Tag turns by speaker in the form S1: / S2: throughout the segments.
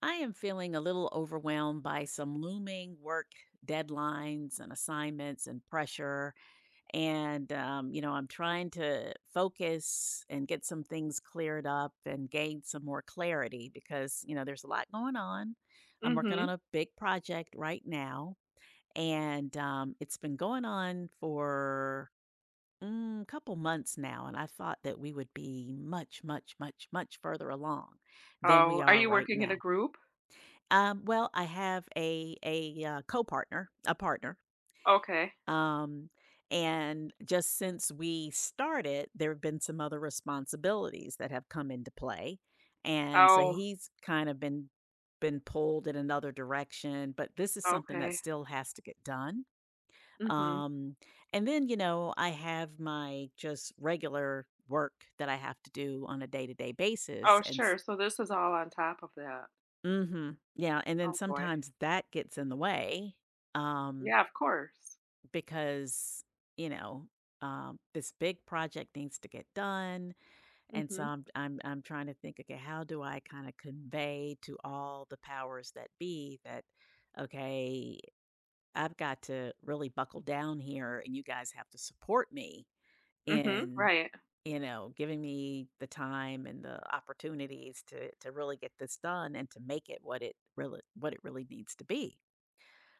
S1: I am feeling a little overwhelmed by some looming work deadlines and assignments and pressure. I'm trying to focus and get some things cleared up and gain some more clarity because, you know, there's a lot going on. I'm working on
S2: Mhm.
S1: a big project right now, and it's been going on for a couple months now. And I thought that we would be much, much, much, much further along than we
S2: Oh, are
S1: are
S2: you
S1: right
S2: working in a
S1: now.
S2: group?
S1: I have a partner,
S2: Okay.
S1: um, and just since we started, there have been some other responsibilities that have come into play, and so
S2: Oh,
S1: he's kind of been pulled in another direction, but this is something that
S2: okay.
S1: still has to get done.
S2: Mhm.
S1: Um, and then, you know, I have my just regular work that I have to do on a day-to-day basis,
S2: Oh, sure. So this is all on top of that.
S1: mhm. Yeah, and then
S2: Oh boy.
S1: sometimes that gets in the way, um,
S2: Yeah, of course.
S1: because, you know, this big project needs to get done, and so
S2: Mhm.
S1: I'm trying to think, "Okay, how do I kinda convey to all the powers that be that, okay, I've got to really buckle down here, and you guys have to support me
S2: Mhm.
S1: in,
S2: Right.
S1: you know, giving me the time and the opportunities to really get this done and to make it what it really needs to be.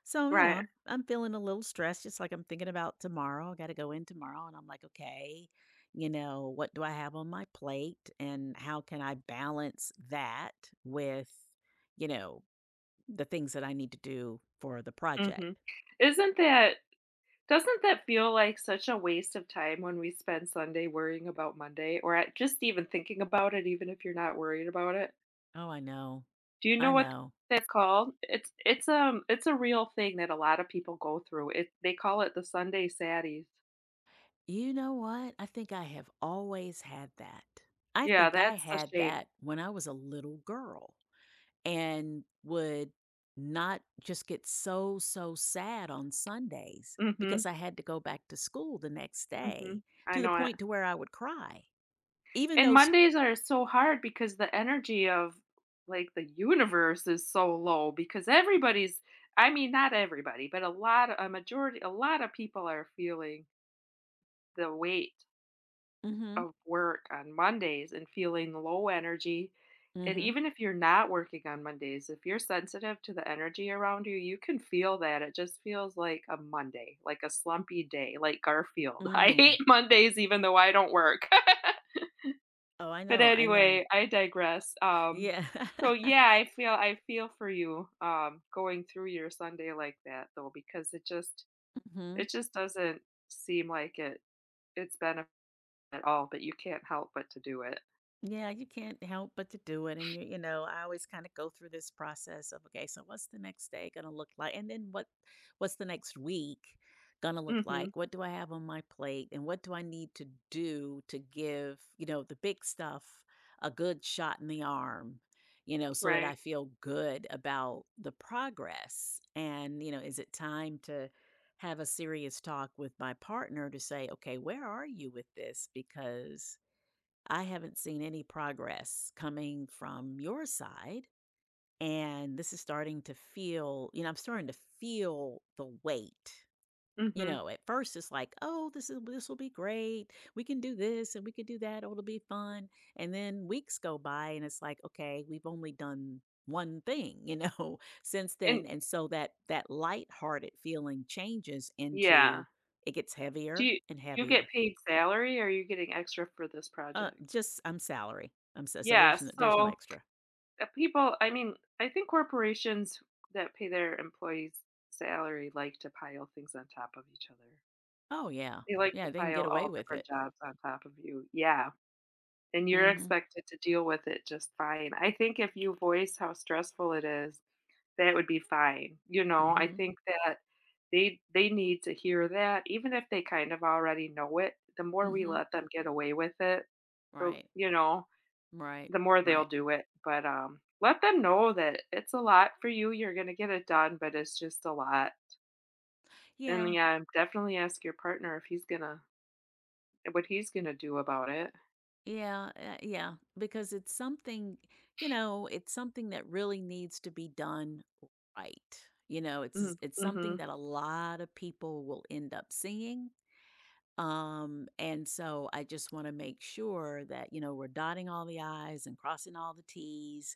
S1: So, you know,
S2: Right.
S1: I'm feeling a little stressed, just like I'm thinking about tomorrow. I gotta go in tomorrow and I'm like, okay, you know, what do I have on my plate and how can I balance that with, you know, the things that I need to do for the
S2: Mhm.
S1: project?
S2: Isn't that doesn't that feel like such a waste of time when we spend Sunday worrying about Monday or at just even thinking about it even if you're not worried about it?
S1: Oh, I know.
S2: Do you
S1: I
S2: know what
S1: know.
S2: that's called? It's a real thing that a lot of people go through. It they call it the Sunday saddies.
S1: You know what? I think I have always had that. I
S2: Yeah,
S1: think I
S2: that's a
S1: had
S2: shame.
S1: that when I was a little girl and would not just get so, so sad on Sundays
S2: Mhm,
S1: because I had to go back to school the next day
S2: mhm. I
S1: to the
S2: know it.
S1: point to where I would cry. Even
S2: And
S1: though, sc-
S2: Mondays are so hard because the energy of, like, the universe is so low because everybody's I mean, not everybody, but a lot of people are feeling the weight
S1: mhm,
S2: of work on Mondays and feeling low energy. And
S1: mhm,
S2: even if you're not working on Mondays, if you're sensitive to the energy around you, you can feel that. It just feels like a Monday, like a slumpy day, like Garfield. I
S1: mm.
S2: hate Mondays even though I don't work.
S1: Oh, I
S2: But
S1: know, I know.
S2: anyway, I digress. Um
S1: Yeah.
S2: so yeah, I feel for you going through your Sunday like that though because it just
S1: Mhm.
S2: it just doesn't seem like it's benefit at all, but you can't help but to do it.
S1: Yeah, you can't help but to do it. And you know, I always kind of go through this process of, okay, so what's the next day going to look like? What's the next week going to look
S2: Mhm.
S1: like? What do I have on my plate? And what do I need to do to give, you know, the big stuff a good shot in the arm, you know, so that
S2: Right.
S1: I feel good about the progress? And, you know, is it time to have a serious talk with my partner to say, okay, where are you with this? Because I haven't seen any progress coming from your side. And this is starting to feel, you know, I'm starting to feel the weight. You
S2: Mhm.
S1: know, at first it's like, oh, this will be great. We can do this and we could do that. Oh, it'll be fun. And then weeks go by and it's like, okay, we've only done one thing, you know, since
S2: And
S1: then. And so that lighthearted feeling changes
S2: yeah.
S1: into it gets
S2: Do
S1: heavier
S2: you do
S1: and
S2: you get
S1: heavier.
S2: paid salary, or are you getting extra for this project?
S1: Just I'm salary. I'm so
S2: Yeah,
S1: there's there's no
S2: so,
S1: extra.
S2: people I mean, I think corporations that pay their employees salary like to pile things on top of each other.
S1: Oh, yeah.
S2: They like to
S1: Yeah, they can get
S2: pile
S1: away
S2: all
S1: with it.
S2: different jobs on top of you. Yeah, and you're
S1: Mhm.
S2: expected to deal with it just fine. I think if you voice how stressful it is, that would be fine, you know, I
S1: Mhm.
S2: think that they need to hear that even if they kind of already know it, the more we
S1: Mhm.
S2: let them get away with it, the
S1: Right.
S2: you know,
S1: Right.
S2: the more they'll
S1: Right.
S2: do it, but, let them know that it's a lot for you, you're gonna get it done, but it's just a lot, and,
S1: Yeah.
S2: yeah, definitely ask your partner if he's gonna what he's gonna do about it.
S1: Yeah. Yeah. Because it's something, you know, it's something that really needs to be done right. You know,
S2: Mm,
S1: it's something
S2: mhm,
S1: that a lot of people will end up seeing. And so I just want to make sure that, you know, we're dotting all the I's and crossing all the T's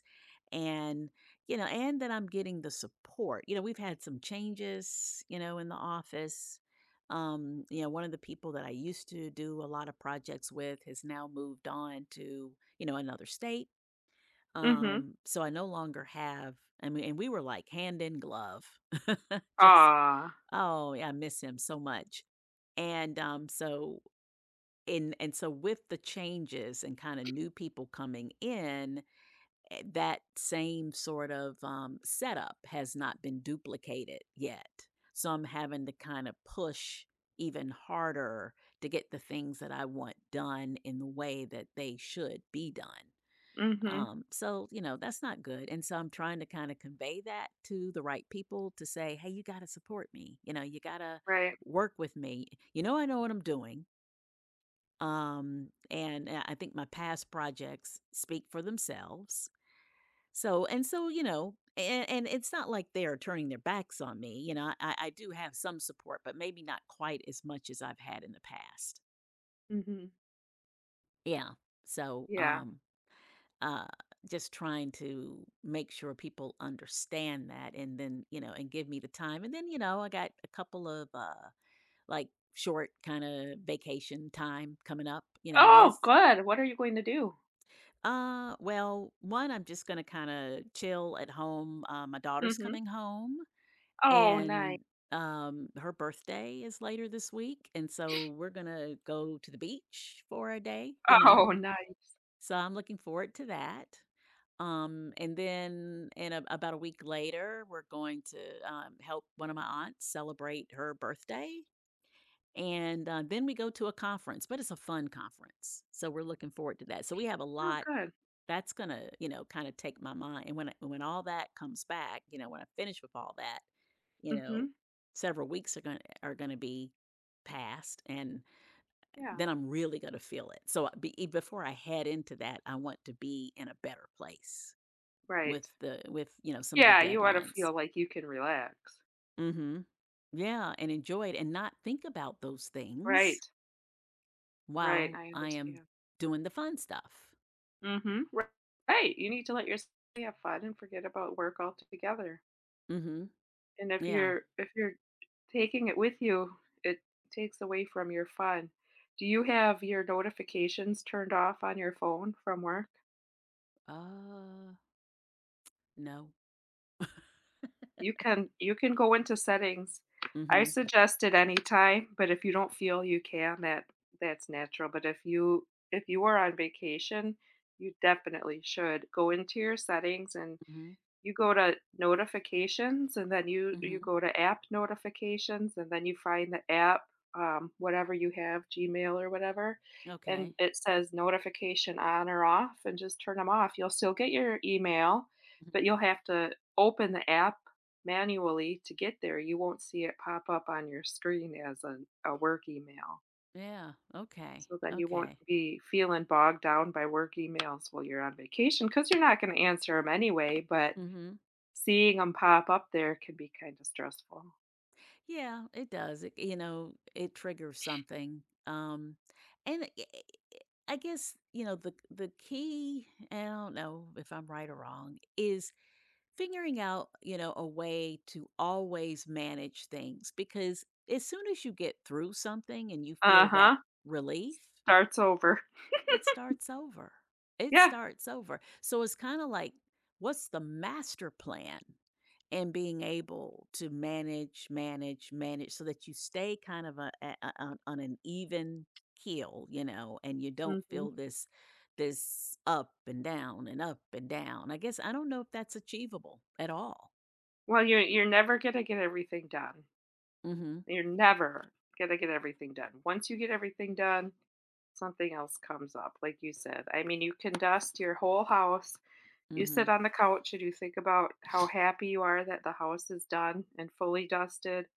S1: and, you know, and that I'm getting the support. You know, we've had some changes, you know, in the office. You know, one of the people that I used to do a lot of projects with has now moved on to, you know, another state.
S2: mhm.
S1: So I no longer have, I mean, and we were like hand in glove, just,
S2: Aw,
S1: oh, yeah, I miss him so much. And and so with the changes and kinda new people coming in, that same sort of, setup has not been duplicated yet. So I'm having to kinda push even harder to get the things that I want done in the way that they should be done.
S2: mhm,
S1: So, you know, that's not good, and so I'm trying to kinda convey that to the right people to say, "Hey, you gotta support me, you know, you gotta
S2: right,
S1: work with me. You know I know what I'm doing. And I think my past projects speak for themselves. You know, and it's not like they're turning their backs on me. You know, I do have some support, but maybe not quite as much as I've had in the past.
S2: mhm,
S1: Yeah. So,
S2: yeah.
S1: uh, just trying to make sure people understand that and then, you know, and give me the time. And then, you know, I got a couple of, like short kind of vacation time coming up. You know, it
S2: Oh,
S1: is.
S2: good, what are you going to do?
S1: Well, one, I'm just gonna kind of chill at home. My daughter's
S2: Mhm.
S1: coming home,
S2: Oh, nice.
S1: and her birthday is later this week, and so we're gonna go to the beach for a day. You know,
S2: Oh, nice.
S1: so I'm looking forward to that. And then about a week later, we're going to help one of my aunts celebrate her birthday. And then we go to a conference, but it's a fun conference. So we're looking forward to that. So we have a
S2: Oh,
S1: lot
S2: good.
S1: that's gonna, you know, kinda take my mind, and when all that comes back, you know, when I finish with all that, you know,
S2: Mhm.
S1: several weeks are gonna be past, and
S2: Yeah.
S1: then I'm really gonna feel it. So, before I head into that, I want to be in a better place
S2: Right.
S1: with you know, some of the
S2: Yeah, you wanna
S1: deadlines.
S2: feel like you can relax.
S1: Mhm. Yeah, and enjoy it and not think about those things
S2: Right. Right,
S1: while
S2: I
S1: I am
S2: understand.
S1: doing the fun stuff.
S2: Mhm. Right, you need to let yourself have fun and forget about work altogether.
S1: Mhm.
S2: And if
S1: Yeah.
S2: you're if you're taking it with you, it takes away from your fun. Do you have your notifications turned off on your phone from work?
S1: Uh, no.
S2: You can go into settings.
S1: Mm.
S2: I
S1: Mhm.
S2: suggest it anytime, but if you don't feel you can, that's natural. But if you are on vacation, you definitely should go into your settings and
S1: Mhm.
S2: you go to notifications and then you
S1: Mhm.
S2: go to app notifications and then you find the app, whatever you have, Gmail or whatever, and
S1: Okay.
S2: it says notification on or off and just turn them off. You'll still get your email,
S1: Mhm.
S2: but you'll have to open the app manually to get there. You won't see it pop up on your screen a work email,
S1: Yeah. Okay.
S2: so then you won't
S1: Okay.
S2: be feeling bogged down by work emails while you're on vacation because you're not going to answer them anyway. But
S1: Mhm.
S2: seeing them pop up there can be kinda stressful.
S1: Yeah, it does. It, you know, it triggers something. And I i- I guess you know the key. And I don't know if I'm right or wrong. Is figuring out, you know, a way to always manage things, because as soon as you get through something and you feel that
S2: Uh-huh,
S1: relief,
S2: starts over.
S1: it starts over. It
S2: Yeah,
S1: starts over. So it's kind of like, what's the master plan? And being able to manage, manage, manage so that you stay kind of on an even keel, you know, and you don't
S2: mhm.
S1: feel this up and down and up and down. I guess I don't know if that's achievable at all.
S2: Well, you're never gonna get everything done.
S1: Mm-hmm.
S2: You're never gonna get everything done. Once you get everything done, something else comes up, like you said. I mean, you can dust your whole house, you
S1: Mm-hmm.
S2: sit on the couch and you think about how happy you are that the house is done and fully dusted,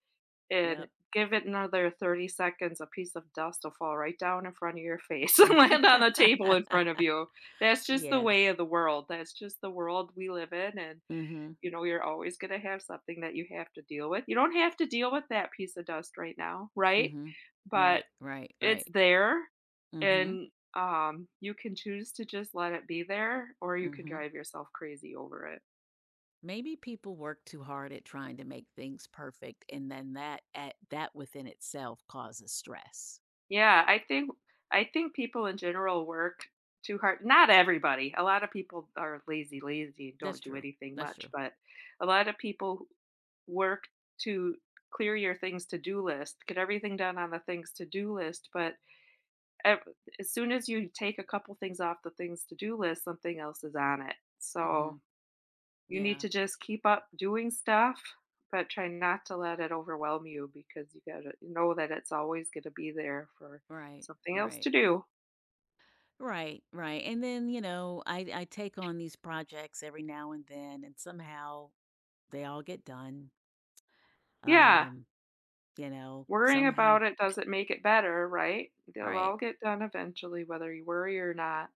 S2: and
S1: Yep.
S2: give it another 30 seconds, a piece of dust will fall right down in front of your face and land on the table in front of you. That's just the way
S1: Yes.
S2: of the world. That's just the world we live in. And,
S1: Mm-hmm.
S2: you know, you're always going to have something that you have to deal with. You don't have to deal with that piece of dust right now, right?
S1: Mm-hmm.
S2: But
S1: Right, right,
S2: it's
S1: right.
S2: there.
S1: Mm-hmm.
S2: And, you can choose to just let it be there, or you can
S1: Mhm.
S2: drive yourself crazy over it.
S1: Maybe people work too hard at trying to make things perfect, and then that within itself causes stress.
S2: Yeah, I think people in general work too hard. Not everybody. A lot of people are lazy, lazy and
S1: That's
S2: don't do
S1: true.
S2: anything
S1: That's
S2: much,
S1: true.
S2: but a lot of people work to clear your things to do list, get everything done on the things to do list, but ev- as soon as you take a couple things off the things to do list, something else is on it. So
S1: Mhm.
S2: you need
S1: Yeah.
S2: to just keep up doing stuff, but try not to let it overwhelm you because you gotta know that it's always gonna be there for
S1: Right.
S2: something else
S1: Right.
S2: to do.
S1: Right. Right. And then, you know, I take on these projects every now and then, and somehow they all get done.
S2: Yeah,
S1: Um, you know,
S2: worrying
S1: somehow.
S2: about it doesn't make it better, right? They'll
S1: Right.
S2: all get done eventually, whether you worry or not.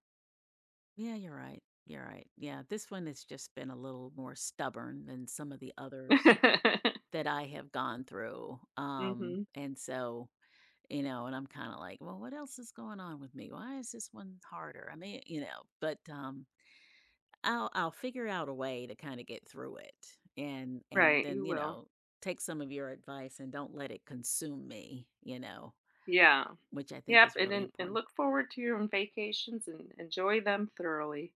S1: Yeah, you're right. You're right. Yeah, this one has just been a little more stubborn than some of the others that I have gone through,
S2: Mhm.
S1: and so, you know, and I'm kinda like, "Well, what else is going on with me? Why is this one harder?" I mean, you know, but, I'll figure out a way to kinda get through it, and
S2: Right,
S1: then,
S2: you
S1: you
S2: will.
S1: know, take some of your advice and don't let it consume me, you know,
S2: Yeah.
S1: which I think
S2: Yep,
S1: is
S2: and
S1: really
S2: then and
S1: important.
S2: look forward to your own vacations and enjoy them thoroughly.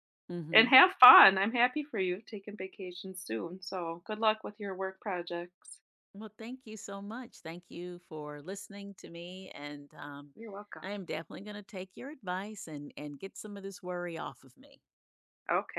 S2: And
S1: Mhm.
S2: have fun. I'm happy for you taking vacations soon. So good luck with your work projects.
S1: Well, thank you so much. Thank you for listening to me, and,
S2: You're welcome.
S1: I am definitely gonna take your advice and get some of this worry off of me.
S2: Okay.